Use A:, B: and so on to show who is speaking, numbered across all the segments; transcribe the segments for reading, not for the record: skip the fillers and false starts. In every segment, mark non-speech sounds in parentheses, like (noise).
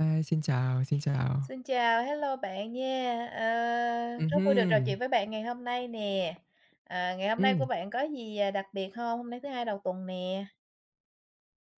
A: Hi, xin chào, xin chào.
B: Xin chào, hello bạn nha. Rất vui được trò
A: Hưm,
B: chuyện với bạn ngày hôm nay nè. Ngày hôm nay
A: ừm,
B: của bạn có gì, đặc biệt không? Hôm nay thứ Hai đầu tuần nè.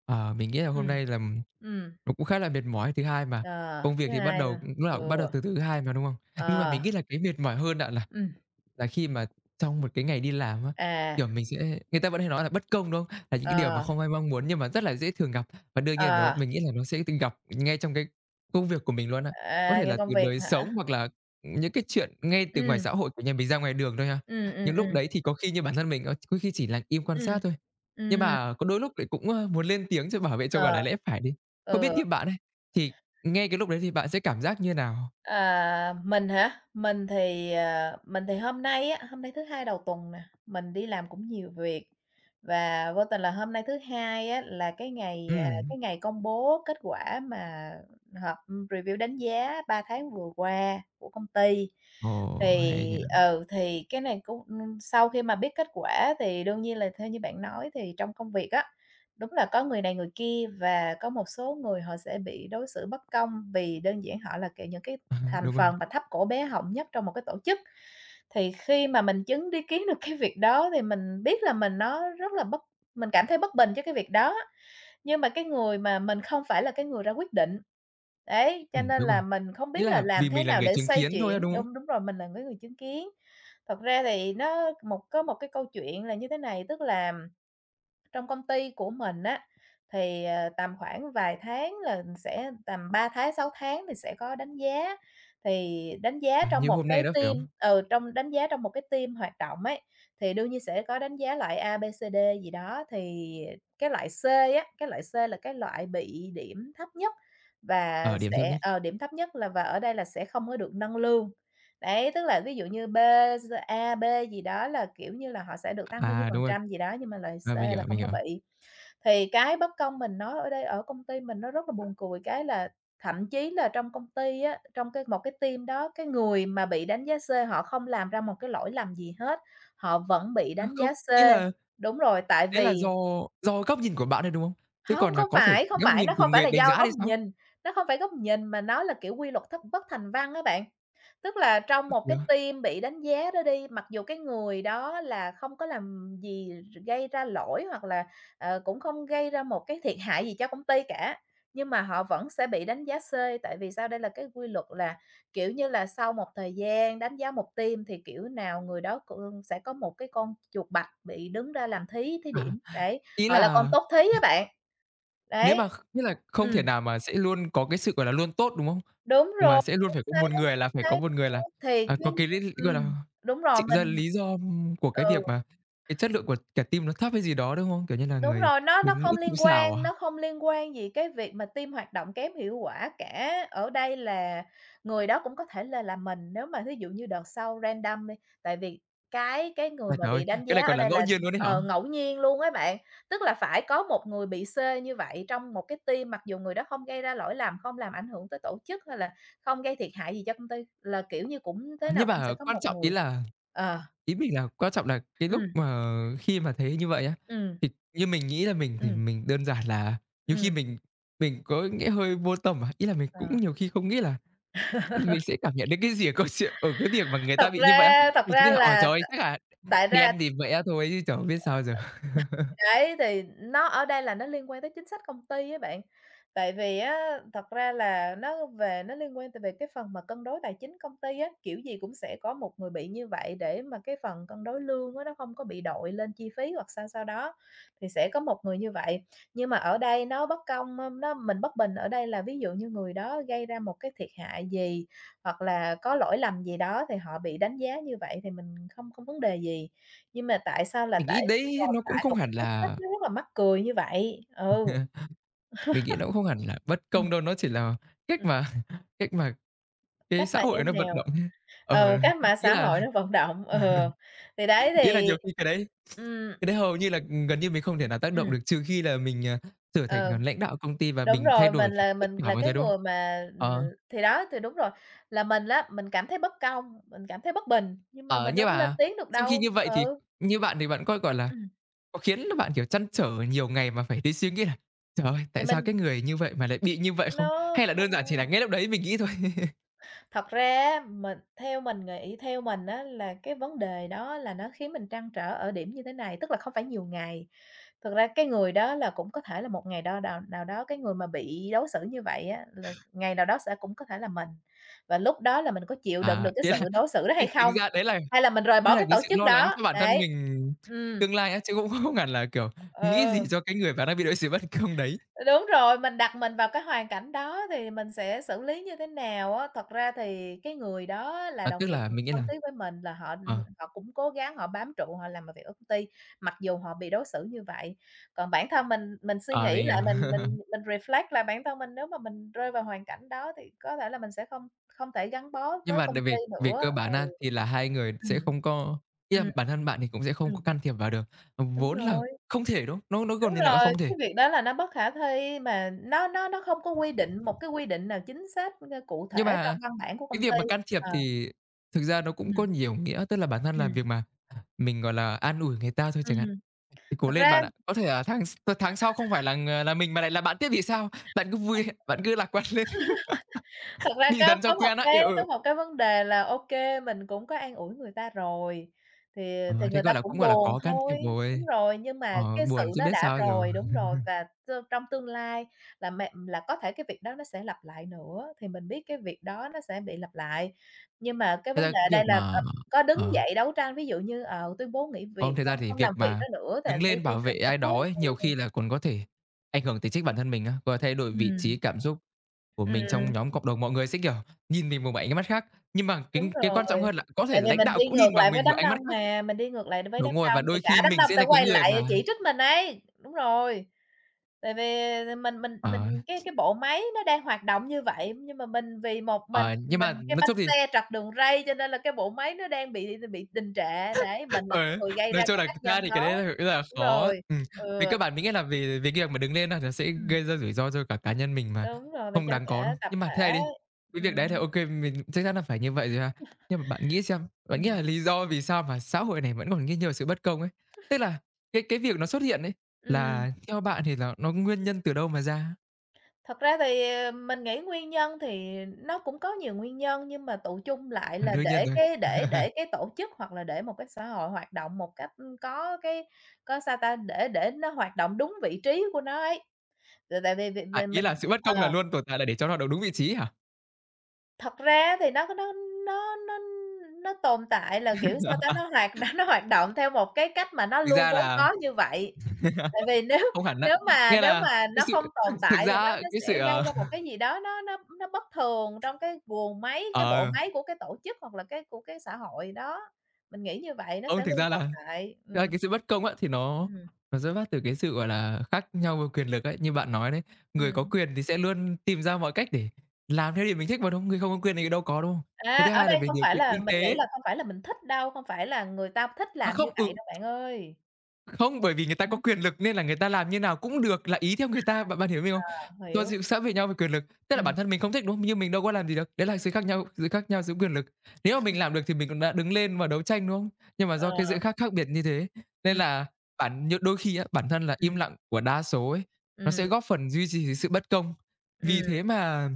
A: ờ, mình nghĩ là hôm
B: Ừm,
A: nay là
B: ừm,
A: nó cũng khá là mệt mỏi, thứ hai mà
B: ờ,
A: công việc
B: Thứ
A: thì bắt
B: Hai là
A: đầu lúc
B: ừ,
A: nào cũng bắt đầu từ thứ Hai mà, đúng không? Nhưng mà
B: ờ,
A: mình nghĩ là cái mệt mỏi hơn bạn
B: ừm,
A: là khi mà trong một cái ngày đi làm á,
B: à,
A: kiểu, mình sẽ người ta vẫn hay nói là bất công, đúng không? Là những cái điều mà
B: ờ,
A: không ai mong muốn nhưng mà rất là dễ thường gặp, và đương nhiên
B: ờ,
A: mình nghĩ là nó sẽ từng gặp ngay trong cái công việc của mình luôn á. Có thể
B: ngày
A: là
B: công
A: từ
B: việc
A: đời
B: hả?
A: sống hoặc là những cái chuyện ngay từ ngoài xã
B: Ừm,
A: hội, của nhà mình ra ngoài đường thôi ha.
B: ừm, ừm,
A: Những lúc
B: ừm,
A: đấy thì có khi như bản thân mình, có khi chỉ là im quan
B: ừm,
A: sát thôi, nhưng
B: ừm,
A: mà có đôi lúc lại cũng, muốn lên tiếng cho bảo vệ cho, gọi
B: ờ.
A: là, lẽ phải đi. Không biết
B: Ừ.
A: như bạn ấy, thì ngay cái lúc đấy thì bạn sẽ cảm giác như nào?
B: À, mình hả? Mình thì hôm nay á, hôm nay thứ Hai đầu tuần nè, mình đi làm cũng nhiều việc, và vô tình là hôm nay thứ Hai á, là cái ngày,
A: Ừm,
B: cái ngày công bố kết quả mà họp review đánh giá 3 tháng vừa qua của công ty.
A: ồ, hay nhỉ.
B: Thì
A: (laughs)
B: ừ, thì cái này cũng, sau khi mà biết kết quả thì đương nhiên là theo như bạn nói, thì trong công việc á, đúng là có người này người kia, và có một số người họ sẽ bị đối xử bất công vì đơn giản họ là, kiểu, những cái
A: À,
B: thành
A: đúng rồi.
B: phần thấp cổ bé họng nhất trong một cái tổ chức. Thì khi mà mình chứng đi kiến được cái việc đó thì mình biết là mình nó rất là bất mình cảm thấy bất bình cho cái việc đó, nhưng mà cái người mà mình không phải là cái người ra quyết định. Đấy, cho nên
A: Đúng rồi.
B: là mình không
A: Ý
B: biết là
A: là
B: làm
A: vì
B: thế
A: mình là
B: nào
A: người
B: để
A: chứng
B: xoay
A: kiến thôi á,
B: chuyển
A: đúng không?
B: đúng, đúng rồi, mình là cái người chứng kiến. Thật ra thì nó một có một cái câu chuyện là như thế này, tức là trong công ty của mình á, tầm khoảng vài tháng, là sẽ tầm 3 tháng, 6 tháng thì sẽ có đánh giá. Thì đánh giá
A: À,
B: trong
A: như
B: một
A: hôm
B: cái
A: nay đó, phải
B: team
A: không?
B: trong đánh giá trong một cái team hoạt động ấy, thì đương nhiên sẽ có đánh giá loại A, B, C, D gì đó. Thì cái loại C á, cái loại C là cái loại bị điểm thấp nhất, và
A: Ờ, điểm thấp
B: sẽ
A: nhất.
B: điểm thấp nhất là, và ở đây là sẽ không có được nâng lương. Đấy, tức là ví dụ như B gì đó là, kiểu như là, họ sẽ được tăng bao nhiêu
A: À,
B: phần
A: đúng rồi,
B: trăm gì đó, nhưng mà loại C
A: à, mình hiểu,
B: là
A: mình
B: không có
A: hiểu.
B: bị. Thì cái bất công mình nói ở đây ở công ty mình nó rất là buồn cười, cái là thậm chí là trong công ty á, trong một cái team đó, cái người mà bị đánh giá C họ không làm ra một cái lỗi lầm gì hết, họ vẫn bị
A: Ơ,
B: đánh
A: không,
B: giá C.
A: ý là
B: Đúng rồi, tại
A: đấy là
B: vì
A: do góc nhìn của bạn thôi, đúng không? Chứ
B: không
A: còn là
B: không
A: có thể
B: phải, không
A: góc
B: phải,
A: nhìn
B: nó
A: của
B: không phải
A: người
B: là
A: đánh
B: do
A: giá
B: góc
A: thì sao?
B: nhìn, nó không phải góc nhìn mà nó là, kiểu, quy luật thất bất thành văn á bạn. Tức là trong
A: Ơ,
B: một cái
A: kìa,
B: team bị đánh giá đó đi, mặc dù cái người đó là không có làm gì gây ra lỗi, hoặc là cũng không gây ra một cái thiệt hại gì cho công ty cả, nhưng mà họ vẫn sẽ bị đánh giá C, tại vì sao? Đây là cái quy luật là, kiểu như là, sau một thời gian đánh giá một team thì kiểu nào người đó cũng sẽ có một cái con chuột bạch bị đứng ra làm thí thí
A: à,
B: điểm, đấy,
A: ý
B: họ
A: là
B: là con tốt thí á bạn.
A: nếu mà
B: Đấy.
A: kh nghĩa là không
B: Ừm,
A: thể nào mà sẽ luôn có cái sự, gọi là, luôn tốt, đúng không?
B: đúng
A: Mà
B: rồi,
A: sẽ luôn phải
B: chính
A: có
B: xác,
A: một người là
B: chính xác. Thì
A: à,
B: cái
A: có cái lý gọi là,
B: ừm, đúng rồi,
A: chỉ ra
B: mình
A: lý do của cái
B: ừ.
A: việc mà cái chất lượng của cả team nó thấp hay gì đó, đúng không? Kiểu như là,
B: Đúng
A: người
B: rồi, nó
A: đứng
B: không
A: mũi chịu
B: liên
A: sào à?
B: quan nó không liên quan gì cái việc mà team hoạt động kém hiệu quả cả. Ở đây là người đó cũng có thể là mình, nếu mà thí dụ như đợt sau random đi, tại vì cái người
A: À,
B: mà
A: trời
B: bị
A: ơi,
B: đánh
A: cái
B: giá
A: này
B: ở
A: còn là
B: đây
A: ngẫu
B: là,
A: nhiên luôn đấy hả?
B: ờ, ngẫu nhiên luôn á bạn. Tức là phải có một người bị C như vậy trong một cái team, mặc dù người đó không gây ra lỗi lầm, không làm ảnh hưởng tới tổ chức, hay là không gây thiệt hại gì cho công ty, là, kiểu như, cũng thế
A: À,
B: nào
A: nhưng
B: cũng sẽ
A: mà
B: có
A: quan
B: một
A: trọng
B: người. Ờ,
A: ý mình là quan trọng là cái lúc
B: ừm,
A: mà khi mà thấy như vậy á,
B: ừm,
A: thì như mình nghĩ là mình thì
B: ừm,
A: mình đơn giản là nhiều khi
B: ừm,
A: mình có nghĩa hơi vô tâm à? Ý là mình
B: ờ.
A: cũng nhiều khi không nghĩ là mình sẽ cảm nhận đến cái gì ở câu chuyện ở cái việc mà người ta bị như vậy á.
B: Thật
A: Mình
B: ra
A: nghĩ là "Ôi
B: là
A: trời
B: t
A: ơi, chắc là
B: tại ra
A: đen thì vậy á thôi chứ trời ơi, biết sao giờ."
B: Đấy, thì nó ở đây là nó liên quan tới chính sách công ty á bạn. Tại vì á, thật ra là nó liên quan tới về cái phần mà cân đối tài chính công ty á, kiểu gì cũng sẽ có một người bị như vậy, để mà cái phần cân đối lương á, nó không có bị đội lên chi phí hoặc sao sao đó, thì sẽ có một người như vậy. Nhưng mà ở đây nó bất công, ơ, nó mình bất bình ở đây là, ví dụ như người đó gây ra một cái thiệt hại gì, hoặc là có lỗi lầm gì đó thì họ bị đánh giá như vậy thì mình không không vấn đề gì. Nhưng mà tại sao là
A: Mình nghĩ đấy
B: tồn
A: nó cũng
B: tại
A: không
B: một cái
A: hẳn
B: chính sách
A: là
B: nó rất là mắc cười như vậy. Ừ.
A: (laughs) mình nghĩ nó cũng không hẳn là bất
B: Ừm.
A: công đâu, nó chỉ là cách
B: Ừm,
A: mà (laughs) cách mà cái
B: cách
A: xã
B: mà như
A: hội nó
B: thế
A: vận
B: nào?
A: động. Ờ,
B: Ờ, cách mà
A: nghĩa
B: xã
A: là
B: hội nó vận động, ừ, thì đấy
A: nghĩa là nhiều
B: thì
A: khi cái đấy
B: ừm,
A: cái đấy hầu như là, ừ, gần như mình không thể nào tác động
B: ừm,
A: được trừ khi là mình, trở thành,
B: ừ,
A: lãnh đạo công ty và
B: đúng
A: mình thay
B: rồi,
A: đổi được tất
B: mình
A: cả
B: là
A: mọi
B: cái
A: thứ, đúng
B: người
A: không?
B: mà,
A: Ờ,
B: thì đó, thì đúng rồi, là mình á, mình cảm thấy bất công, mình cảm thấy bất bình, nhưng mà
A: ờ,
B: mình đâu
A: nhưng
B: có lên
A: mà
B: tiếng được
A: sau khi như
B: đâu.
A: vậy thì
B: Ừ,
A: như bạn thì bạn có, gọi là,
B: ừm,
A: có khiến là bạn, kiểu, trăn trở nhiều ngày mà phải đi suy nghĩ là "Trời ơi,
B: thì
A: tại sao
B: mình
A: cái người như vậy mà lại bị như vậy" không?
B: nó
A: Hay là đơn giản chỉ là
B: không
A: ngay lúc đấy mình nghĩ thôi? (laughs)
B: thật ra á, mình theo mình nghĩ theo mình á, là cái vấn đề đó là nó khiến mình trăn trở ở điểm như thế này, tức là không phải nhiều ngày. Thực ra cái người đó là cũng có thể là một ngày đó nào nào đó, cái người mà bị đối xử như vậy á, là ngày nào đó sẽ cũng có thể là mình, và lúc đó là mình có chịu đựng được
A: À,
B: cái
A: ý
B: sự
A: là
B: đối
A: (laughs)
B: xử đó
A: thì
B: hay
A: tính
B: không?
A: ra đấy là
B: Hay là mình rời bỏ cái
A: cái
B: tổ
A: sự
B: chức
A: lo lắng
B: đó,
A: cho bản thân
B: đấy.
A: mình
B: ừ
A: tương lai á, chứ cũng không hẳn là, kiểu, nghĩ
B: ừ.
A: gì cho cái người mà đang bị đối xử bất công đấy.
B: Đúng rồi, mình đặt mình vào cái hoàn cảnh đó thì mình sẽ xử lý như thế nào á. Thật ra thì cái người đó là
A: À,
B: đồng
A: tức
B: nghiệp
A: là mình nghĩ
B: thân
A: là
B: thiết với mình, là họ
A: ờ.
B: họ cũng cố gắng, họ bám trụ, họ làm việc ở công ty, mặc dù họ bị đối xử như vậy. Còn bản thân mình suy nghĩ
A: Ờ, mình hiểu.
B: lại, mình mình
A: (laughs)
B: mình reflect lại bản thân mình, nếu mà mình rơi vào hoàn cảnh đó thì có thể là mình sẽ không không thể gắn bó
A: Nhưng
B: với
A: mà
B: công
A: để
B: ty
A: về về
B: nữa.
A: cơ bản á,
B: Ừ.
A: thì là hai người sẽ
B: Ừm.
A: không có ý là
B: Ừm.
A: bản thân bạn thì cũng sẽ không
B: Ừm,
A: có can thiệp vào được,
B: đúng
A: vốn là
B: rồi.
A: không thể, đúng không? Nó
B: Đúng
A: gần như là
B: rồi,
A: không thể.
B: cái việc đó là nó bất khả thi, mà nó không có quy định, một cái quy định nào chính xác, cụ
A: Nhưng
B: thể trong
A: mà
B: văn bản của
A: cái
B: công ty.
A: việc mà can thiệp
B: Ờ,
A: thì thực ra nó cũng có
B: ừm,
A: nhiều nghĩa, tức là bản thân là
B: ừm,
A: việc mà mình, gọi là, an ủi người ta thôi chẳng hạn,
B: ừm.
A: thì cố
B: Thật
A: lên
B: ra
A: bạn ạ. Có thể là tháng sau không phải là ng là mình mà lại là bạn tiếp thì sao? Bạn cứ vui, (laughs) bạn cứ lạc quan lên, (laughs)
B: Thật ra
A: đi
B: có
A: dần cho quen á. Ừ,
B: có
A: ừ.
B: một cái vấn đề là, ô kê, mình cũng có an ủi người ta rồi, thì thì
A: Ờ, thế,
B: người ta
A: gọi là, cũng,
B: cũng
A: gọi là,
B: buồn
A: có can thiệp
B: thôi. Đúng
A: rồi.
B: rồi, nhưng
A: Ờ,
B: mà cái
A: buồn
B: sự
A: chứ
B: nó
A: biết
B: đã
A: sao giờ.
B: rồi, đúng rồi, và trong tương lai là mẹ là có thể cái việc đó nó sẽ lặp lại nữa, thì mình biết cái việc đó nó sẽ bị lặp lại. Nhưng mà cái
A: Thật
B: vấn
A: ra
B: đề
A: cái
B: ở đây
A: việc
B: là,
A: mà
B: có đứng
A: ờ.
B: dậy đấu tranh, ví dụ như, tuyên bố nghỉ việc,
A: Không, thật ra
B: không
A: thì
B: không làm
A: việc
B: việc đó
A: mà
B: nữa, thì
A: đứng
B: đi
A: lên
B: đi
A: bảo vệ
B: làm chỗ
A: ai đó
B: khác.
A: ấy, nhiều
B: Ừ,
A: khi là còn có thể ảnh hưởng tới chính bản thân mình á, và thay đổi vị
B: ừm,
A: trí cảm xúc của mình
B: ừm.
A: trong nhóm cộng đồng. Mọi người sẽ, kiểu, nhìn mình bằng một ánh mắt khác, nhưng mà
B: Đúng
A: cái quan
B: rồi,
A: trọng hơn là có thể
B: tại vì
A: lãnh
B: mình
A: đạo
B: đi
A: cũng
B: ngược
A: nhìn
B: lại
A: bằng
B: với
A: mình một
B: đám
A: ánh
B: đông
A: mắt khác.
B: mà, mình đi ngược lại với đám
A: Đúng rồi, và
B: đông thì
A: đôi
B: cả
A: khi
B: đám
A: mình
B: đông
A: sẽ
B: sẽ
A: là cái
B: quay
A: người mà
B: lại chỉ trích mình ấy. Đúng rồi, tại vì mình
A: ờ,
B: cái bộ máy nó đang hoạt động như vậy, nhưng mà mình, vì một mình
A: ờ, nhưng
B: mình
A: mà
B: cái
A: nói
B: bánh
A: chung thì
B: xe trật đường ray, cho nên là cái bộ máy nó đang bị đình trệ, đấy, mình là cái
A: ừ,
B: người gây ra
A: nói chung
B: cái
A: là
B: tác
A: thực ra
B: nhân
A: thì cái đấy
B: đó.
A: là rất là
B: Đúng
A: khó.
B: rồi,
A: Vì
B: ừ,
A: cơ bản mình nghĩ là vì vì cái việc mà đứng lên á, nó sẽ
B: ừm,
A: gây ra rủi ro cho cả cá nhân mình mà
B: đúng rồi, mình
A: không
B: cho
A: đáng có đâu.
B: cả tập
A: Nhưng mà thế này
B: thể.
A: đi, cái việc đấy thì
B: Ừm.
A: ô kê, mình chắc chắn là phải như vậy rồi ha. Nhưng mà bạn nghĩ xem, bạn nghĩ
B: Ừm,
A: là lý do vì sao mà xã hội này vẫn còn rất nhiều sự bất công ấy? Tức là cái việc nó xuất hiện ấy,
B: ừm.
A: là theo bạn thì là nó nguyên nhân từ đâu mà ra?
B: Thật ra thì, mình nghĩ nguyên nhân thì nó cũng có nhiều nguyên nhân, nhưng mà tụ chung lại
A: À,
B: là
A: đương nhiên rồi.
B: để cái tổ chức hoặc là để một cái xã hội hoạt động một cách, có cái sao ta, để nó hoạt động đúng vị trí của nó ấy. Tại tại vì vì
A: À,
B: vì
A: ý là
B: mình
A: sự bất công là
B: ờ.
A: luôn tồn tại là để cho nó được đúng vị trí hả?
B: Thật ra thì nó nó tồn tại là, kiểu, sao ta, nó
A: (laughs)
B: hoạt nó nó hoạt động theo một cái cách mà nó
A: Thực
B: luôn
A: ra
B: vốn
A: là
B: có như vậy. Tại vì nếu
A: không hẳn á.
B: nếu mà
A: Nghĩa là cái
B: nó
A: sự (laughs)
B: không
A: thực
B: tồn
A: thực
B: tại thì
A: ra
B: nó
A: á,
B: nó
A: cái
B: sẽ
A: sự,
B: gây ra một cái gì đó nó bất thường trong cái guồng máy, cái bộ
A: ờ,
B: máy của cái tổ chức, hoặc là cái của cái xã hội đó. Mình nghĩ như vậy nó
A: không,
B: sẽ
A: thực
B: luôn
A: ra là
B: tồn tại,
A: thực ra
B: ừm.
A: cái sự bất công á, thì nó
B: Ừm,
A: nó xuất phát từ cái sự, gọi là, khác nhau về quyền lực ấy. Như bạn nói đấy, người có
B: ừm.
A: quyền thì sẽ luôn tìm ra mọi cách để làm theo điều mình thích mà, đúng không? Người không có quyền thì đâu có, đúng không? Cái
B: À,
A: thứ
B: ở
A: hai là
B: đây
A: về
B: không
A: điều
B: phải
A: kiện
B: là
A: kinh
B: mình nghĩ
A: tế.
B: là không phải là mình thích đâu, không phải là người ta thích
A: À,
B: làm như
A: không, ừ.
B: vậy đâu bạn ơi.
A: Không, bởi vì người ta có quyền lực nên là người ta làm như nào cũng được, là ý theo người ta, bạn bạn hiểu mình không?
B: Ờ,
A: Do
B: hiểu.
A: sự xã về nhau về quyền lực, tức là
B: Ừm,
A: bản thân mình không thích, đúng không? Nhưng mình đâu có làm gì được, đấy là sự khác nhau giữa quyền lực. Nếu mà mình làm được thì mình cũng đã đứng lên và đấu tranh, đúng không? Nhưng mà do cái
B: ờ,
A: sự khác khác biệt như thế, nên
B: ừm,
A: là bản nh đôi khi á, bản thân là im
B: ừm,
A: lặng của đa số ấy, nó sẽ
B: ừm,
A: góp phần duy trì sự bất công. Vì
B: ừm,
A: thế mà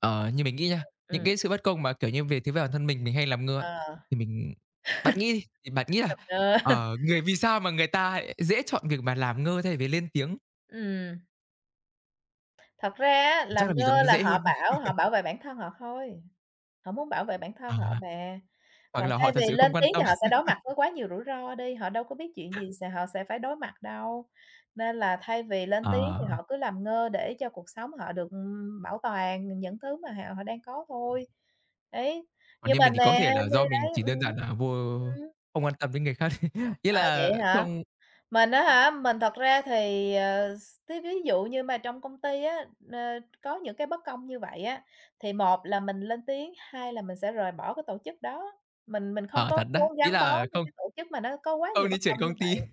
A: ờ, như mình nghĩ nha, những
B: ừm,
A: cái sự bất công mà, kiểu như, về phía bản thân mình hay làm ngơ
B: ờ,
A: thì bạn nghĩ đi, thì bạn nghĩ là,
B: làm ngơ. (laughs)
A: vì sao mà người ta lại dễ chọn việc mà làm ngơ thay vì lên tiếng?
B: Ừm, thật ra á,
A: Chắc
B: làm
A: là vì
B: ngơ
A: rằng nó
B: là
A: dễ hơn.
B: họ bảo vệ bản thân họ thôi, họ muốn bảo vệ bản
A: Ờ,
B: thân họ mà,
A: hoặc
B: còn
A: là
B: thay
A: họ thật
B: vì
A: sự
B: lên
A: không quan
B: tiếng thì
A: tâm.
B: họ sẽ đối mặt với quá nhiều rủi ro đi, họ đâu có biết chuyện gì họ sẽ phải đối mặt đâu. Nên là thay vì lên tiếng thì
A: Ờ, (laughs)
B: họ cứ làm ngơ để cho cuộc sống họ được, bảo toàn những thứ mà họ họ đang có thôi. Đấy,
A: còn
B: nhưng
A: như
B: mà
A: mình thì có
B: nè,
A: thể là do
B: đấy,
A: mình
B: đấy,
A: chỉ đơn
B: ừm.
A: giản là
B: Ừm,
A: không quan tâm đến người khác. (laughs) Ý
B: à, vậy
A: là
B: hả?
A: không
B: Mình á hả? Mình thật ra thì, ờ, s thí ví dụ như mà trong công ty á, ờ, có những cái bất công như vậy á, thì một là mình lên tiếng, hai là mình sẽ rời bỏ cái tổ chức đó. Mình không
A: ờ,
B: có
A: thật đó,
B: muốn
A: ý
B: gắn bó
A: là
B: cho
A: không
B: cái tổ chức mà nó có quá
A: không
B: nhiều
A: đi
B: bất
A: chuyển
B: công như
A: công ty.
B: vậy.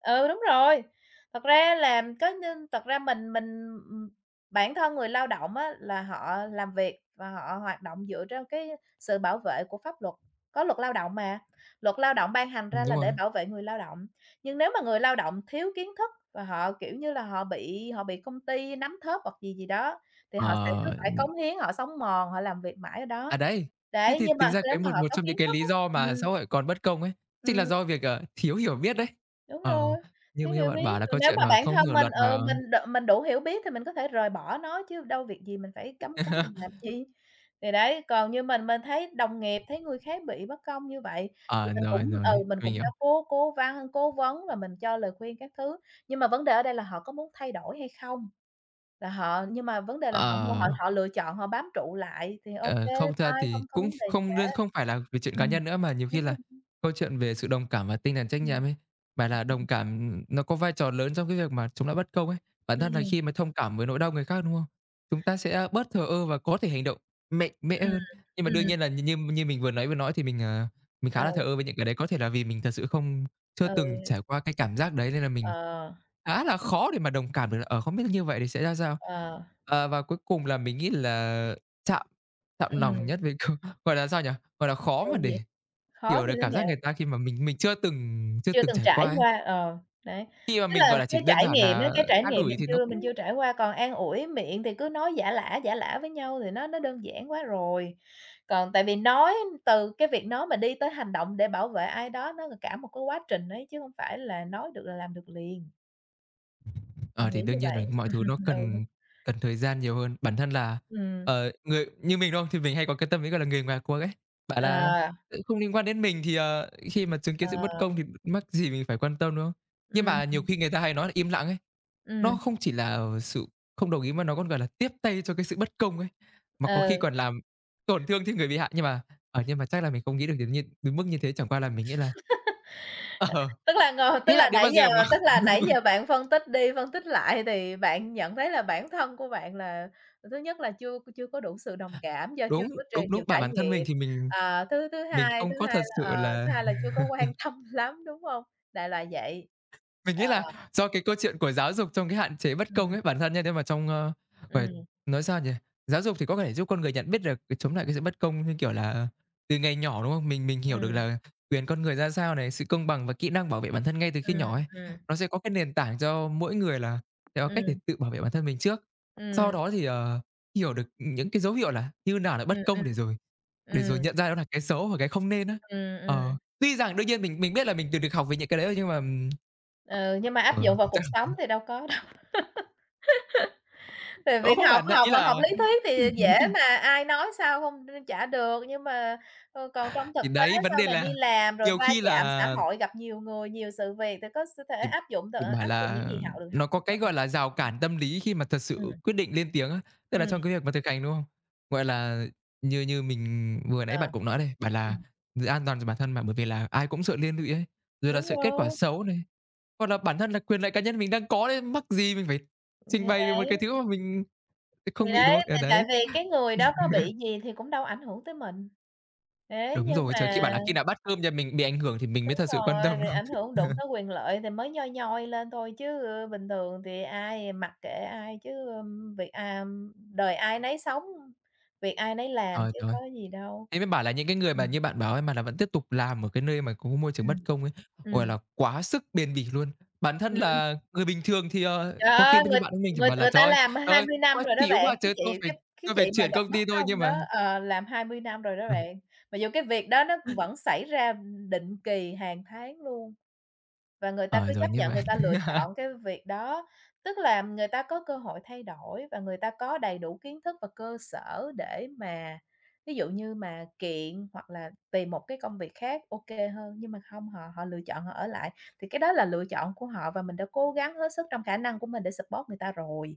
B: Ừ, đúng rồi. Thật ra làm, có nên thật ra ừm, bản thân người lao động á, là họ làm việc và họ hoạt động dựa trên cái sự bảo vệ của pháp luật, có luật lao động mà. Luật lao động ban hành ra là
A: Đúng rồi.
B: để bảo
A: (laughs)
B: vệ người lao động. Nhưng nếu mà người lao động thiếu kiến thức và họ, kiểu như là, họ bị công ty nắm thóp hoặc gì gì đó, thì họ sẽ
A: Ờ.
B: cứ phải cống hiến, họ sống mòn, họ làm việc mãi ở đó.
A: À, đấy, thế
B: Đấy,
A: thì
B: nhưng mà
A: tính ra
B: nếu
A: cái
B: mà
A: một
B: họ
A: một
B: có
A: trong những
B: kiến
A: cái
B: thức
A: lý
B: á.
A: do mà xã
B: Ừm,
A: hội còn bất công ấy, chính là
B: ừm.
A: do việc, ờ, thiếu hiểu biết đấy.
B: Đúng rồi,
A: Ờ, như
B: thiếu
A: như
B: hiểu
A: bạn
B: biết,
A: bảo là
B: còn
A: câu
B: nếu
A: chuyện
B: mà
A: mà
B: bản
A: không
B: thân
A: hiểu
B: mình,
A: luật mà
B: mình đ mình đủ hiểu biết thì mình có thể rời bỏ nó chứ đâu việc gì mình phải cắm cúi mình làm
A: (laughs)
B: chi. Thì đấy, còn như mình thấy đồng nghiệp, thấy người khác bị bất công như vậy thì
A: ờ,
B: mình
A: rồi,
B: cũng
A: rồi,
B: ừ, mình
A: mình
B: cũng
A: hiểu.
B: đã cố cố văn cố vấn và mình cho lời khuyên các thứ, nhưng mà vấn đề ở đây là họ có muốn thay đổi hay không? Là họ nhưng mà vấn đề là họ mua họ
A: Ờ.
B: họ lựa chọn, họ bám trụ lại thì ô
A: Ờ,
B: kê,
A: không, thật ra
B: fine,
A: thì
B: không không vấn
A: cũng
B: đề gì cả.
A: không đơn không phải là về chuyện cá
B: Ừm,
A: nhân nữa, mà nhiều khi
B: đúng
A: là
B: rồi,
A: câu chuyện về sự đồng cảm và tinh thần trách
B: ừm.
A: nhiệm ấy. Mà là đồng cảm, nó có vai trò lớn trong cái việc mà chống lại bất công ấy. Bản
B: Ừm,
A: thân là
B: ừm,
A: khi mà thông cảm với nỗi đau người khác, đúng không? Chúng ta sẽ bớt thờ ơ và có thể hành động mạnh mẽ
B: ừm,
A: hơn. Nhưng
B: ừ,
A: mà đương nhiên là như như như mình vừa nãy nói thì mình, mình khá là thờ ơ với những cái đấy. Có thể là vì mình thật sự không chưa
B: ừ,
A: từng trải qua cái cảm giác đấy nên là mình
B: ờ.
A: khá là khó để mà đồng cảm được là, ờ, không biết như vậy thì sẽ ra sao.
B: Ờ,
A: Ờ, và cuối cùng là mình nghĩ là chạm chạnh lòng
B: ừm,
A: nhất với câu gọi là, sao nhỉ? Gọi là, khó mà
B: câu gì?
A: để
B: Khó
A: hiểu
B: như
A: được
B: thế
A: cảm giác người
B: nào?
A: ta khi mà mình chưa từng chưa
B: Chưa
A: từng
B: từng
A: trải
B: trải
A: qua ấy.
B: qua, đấy,
A: Khi mà
B: tức
A: mình,
B: là
A: gọi là, chỉ
B: cái
A: đơn
B: trải
A: giản
B: nghiệm á,
A: là
B: cái trải
A: an
B: nghiệm
A: ủi thì nó cũng
B: mình chưa trải qua, còn an ủi miệng thì cứ nói giả lả với nhau thì nó đơn giản quá rồi. Còn tại vì nói từ cái việc nói mà đi tới hành động để bảo vệ ai đó nó là cả một cái quá trình ấy, chứ hông phải là nói được là làm được liền,
A: ờ,
B: mình nghĩ
A: thì
B: như
A: đương nhiên rồi,
B: vậy.
A: mọi thứ nó
B: Ừ,
A: cần cần thời gian nhiều hơn. Bản thân là,
B: ừm,
A: người như mình, đúng không? Thì mình hay có cái tâm lý, gọi là, người ngoài cuộc ấy, bảo là
B: ờ,
A: "Ừ, không liên quan đến mình thì, khi mà chứng
B: ờ,
A: kiến sự bất công thì mắc gì mình phải quan tâm", đúng không? Nhưng
B: ừm,
A: mà nhiều khi người ta hay nói là im lặng ấy.
B: ừm,
A: Nó không chỉ là, sự không đồng ý mà nó còn, gọi là, tiếp tay cho cái sự bất công ấy, mà có khi
B: ừ.
A: còn làm tổn thương thêm người bị hại. Nhưng mà, nhưng mà chắc là mình không nghĩ được đến mức như thế, chẳng qua là mình nghĩ là ờ, (laughs)
B: Tức là ngồi tức
A: nghĩ là
B: là
A: đến bao
B: nãy giờ
A: giờ mà
B: tức
A: (laughs)
B: là nãy giờ bạn phân tích đi, phân tích lại thì bạn nhận thấy là bản thân của bạn là thứ nhất là chưa chưa có đủ sự đồng cảm do chưa
A: đúng,
B: có trải
A: đúng, đúng,
B: nhiều
A: bảo
B: trải
A: bản thân mình
B: nghiệm,
A: thì mình
B: ờ, thứ
A: mình
B: thứ
A: không có
B: hai
A: thật
B: là,
A: sự
B: ờ, thứ
A: là.
B: hai là chưa có quan (laughs) tâm lắm, đúng hông? Đại loại vậy.
A: Mình
B: Ờ,
A: nghĩ là do cái câu chuyện của giáo dục trong cái hạn chế bất công
B: ừm,
A: ấy, bản thân nha, thế mà trong, ơ, gọi
B: ừm,
A: nói sao nhỉ? Giáo dục thì có thể giúp con người nhận biết được cái- chống lại cái sự bất công, như kiểu là, từ ngày nhỏ, đúng không? Mình hiểu được
B: ừm,
A: là quyền con người ra sao này, sự công bằng và kỹ năng bảo vệ bản thân ngay từ khi
B: ừm,
A: nhỏ ấy.
B: ừm,
A: Nó sẽ có cái nền tảng cho mỗi người là sẽ có cách để
B: ừm,
A: tự bảo vệ bản thân mình trước. Sau
B: ừm,
A: đó thì, hiểu được những cái dấu hiệu là như nào là
B: ừm,
A: bất
B: ừm,
A: công để
B: ừm,
A: rồi nhận ra đó là cái xấu và cái không nên á.
B: ừm.
A: Ờ, tuy rằng đương nhiên mình biết là mình từ được học về những cái đấy rồi nhưng mà,
B: Ừ, nhưng mà áp
A: ờ,
B: dụng vào cuộc sống thì đâu có. Thì việc
A: cũng không
B: học
A: hẳn ạ,
B: học
A: ý
B: là
A: là
B: học lý thuyết thì dễ mà, ai nói sao không chả được, nhưng mà, còn trong thực
A: thì
B: tế
A: đấy, vấn
B: sau
A: đề
B: này đi
A: là
B: làm rồi
A: nhiều
B: va
A: khi
B: chạm
A: là
B: xã hội, gặp nhiều người, nhiều sự việc thì có thể
A: thì thì bảo
B: áp dụng những
A: là
B: gì họ được học
A: nó có
B: hay
A: cái,
B: không là
A: gọi là, rào
B: chuyện.
A: cản tâm lý khi mà thật sự
B: Ừm,
A: quyết định lên tiếng á, tức là
B: ừm,
A: trong cái việc mà thực hành, đúng không? Gọi là, như như mình vừa nãy
B: ờ.
A: bạn cũng nói đây, bảo là
B: Ừm,
A: giữ an toàn cho bản thân mà, bởi vì là ai cũng sợ liên lụy ấy, rồi là
B: đúng
A: sợ kết quả
B: rồi,
A: xấu này, hoặc là bản thân là quyền lợi cá nhân mình đang có đấy, mắc gì mình phải
B: thì
A: trình bày về một cái
B: đấy,
A: thứ mà mình không
B: thì
A: bị, đúng
B: đấy,
A: không? Ờ,
B: tại tại
A: đấy,
B: vì cái người đó có bị gì thì cũng đâu ảnh hưởng tới mình. Thế
A: đúng
B: nhưng
A: rồi, trời, khi
B: mà.
A: bảo là khi nào bát cơm nhà mình bị ảnh hưởng thì mình
B: Đúng
A: mới thật sự quan
B: rồi,
A: tâm, đúng
B: thì
A: không?
B: ảnh hưởng đụng tới quyền lợi thì mới nhoi nhoi lên thôi chứ, ừ, bình thường thì ai mặc kệ ai chứ, đời ai nấy sống, việc ai nấy làm
A: Trời,
B: chứ
A: trời!
B: có gì đâu.
A: Thế mới bảo là những cái người mà
B: Ừm,
A: như bạn bảo ấy, mà là vẫn tiếp tục làm ở cái nơi mà có môi trường bất
B: ừm,
A: công ấy, gọi
B: ừm,
A: là, quá sức bền bỉ luôn. Bản thân
B: ừm.
A: là người bình thường thì,
B: Trời
A: có khi
B: ơi,
A: bao nhiêu
B: người
A: bạn như mình chỉ
B: người
A: bảo là
B: người ta làm
A: Trời
B: hai
A: ơi,
B: mươi năm
A: quá
B: rồi đó
A: chịu
B: bạn,
A: quá trời,
B: cái
A: tôi
B: chị
A: phải
B: mà
A: chuyển
B: gặp
A: công
B: mất
A: ty thôi."
B: công
A: Nhưng
B: đó,
A: mà
B: làm 20 năm rồi đó
A: ờ,
B: bạn, mặc dù cái việc đó nó vẫn xảy ra định kỳ hàng tháng luôn. Và người ta
A: ờ,
B: cứ
A: rồi
B: chấp
A: nhưng
B: nhận
A: mà
B: người ta lựa
A: (laughs)
B: chọn cái việc đó, tức là người ta có cơ hội thay đổi và người ta có đầy đủ kiến thức và cơ sở để mà ví dụ như mà kiện hoặc là tìm một cái công việc khác ok hơn, nhưng mà không họ họ lựa chọn họ ở lại, thì cái đó là lựa chọn của họ và mình đã cố gắng hết sức trong khả năng của mình để support người ta rồi.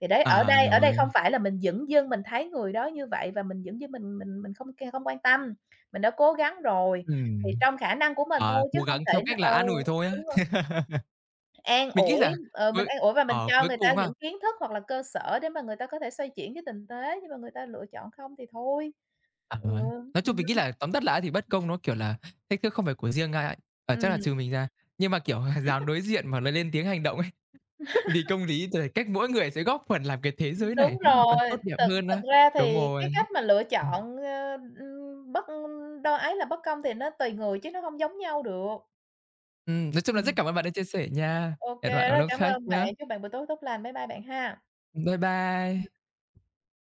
B: Thì đấy,
A: à,
B: ở đây
A: rồi,
B: không phải là mình dửng dưng mình thấy người đó như vậy và mình dửng dưng mình không không quan tâm, mình đã cố gắng rồi, thì
A: ừm,
B: trong khả năng của mình thôi chứ
A: cố
B: không
A: gắng theo
B: thể
A: cách là an
B: ừ.
A: ủi thôi á.
B: Đúng rồi, an
A: Mình nghĩ
B: ủi,
A: là
B: ừ, mình
A: cuối
B: an ủi và mình cho
A: cuối
B: người ta
A: cùng ha,
B: những kiến thức hoặc là cơ sở để mà người ta có thể xoay chuyển cái tình thế, nhưng mà người ta lựa chọn không thì thôi.
A: ờ,
B: Ừ,
A: nói chung
B: ừm,
A: mình nghĩ là tóm tắt lại thì bất công nó, kiểu là, thách thức không phải của riêng ai, ở chắc là
B: ừm,
A: trừ mình ra, nhưng mà, kiểu, (laughs) dám đối diện mà lại lên tiếng hành động ấy. Vì công lý thì cách mỗi người sẽ góp phần làm cái thế giới này
B: đúng rồi,
A: nó tốt đẹp
B: thực
A: hơn
B: thực
A: á.
B: ra
A: Đúng
B: thì
A: rồi.
B: cái cách mà lựa chọn, bất đo ấy là bất công thì nó tùy người chứ nó hông giống nhau được.
A: Nói chung là rất
B: Ừm,
A: cảm ơn bạn đã chia sẻ nha.
B: ô
A: Hẹn
B: kê,
A: bạn
B: rất
A: ở
B: là
A: lúc
B: cảm
A: khác
B: ơn bạn,
A: nhá.
B: chúc bạn buổi tối tốt lành. Bye bye bạn ha.
A: Bye bye.
B: Ừm.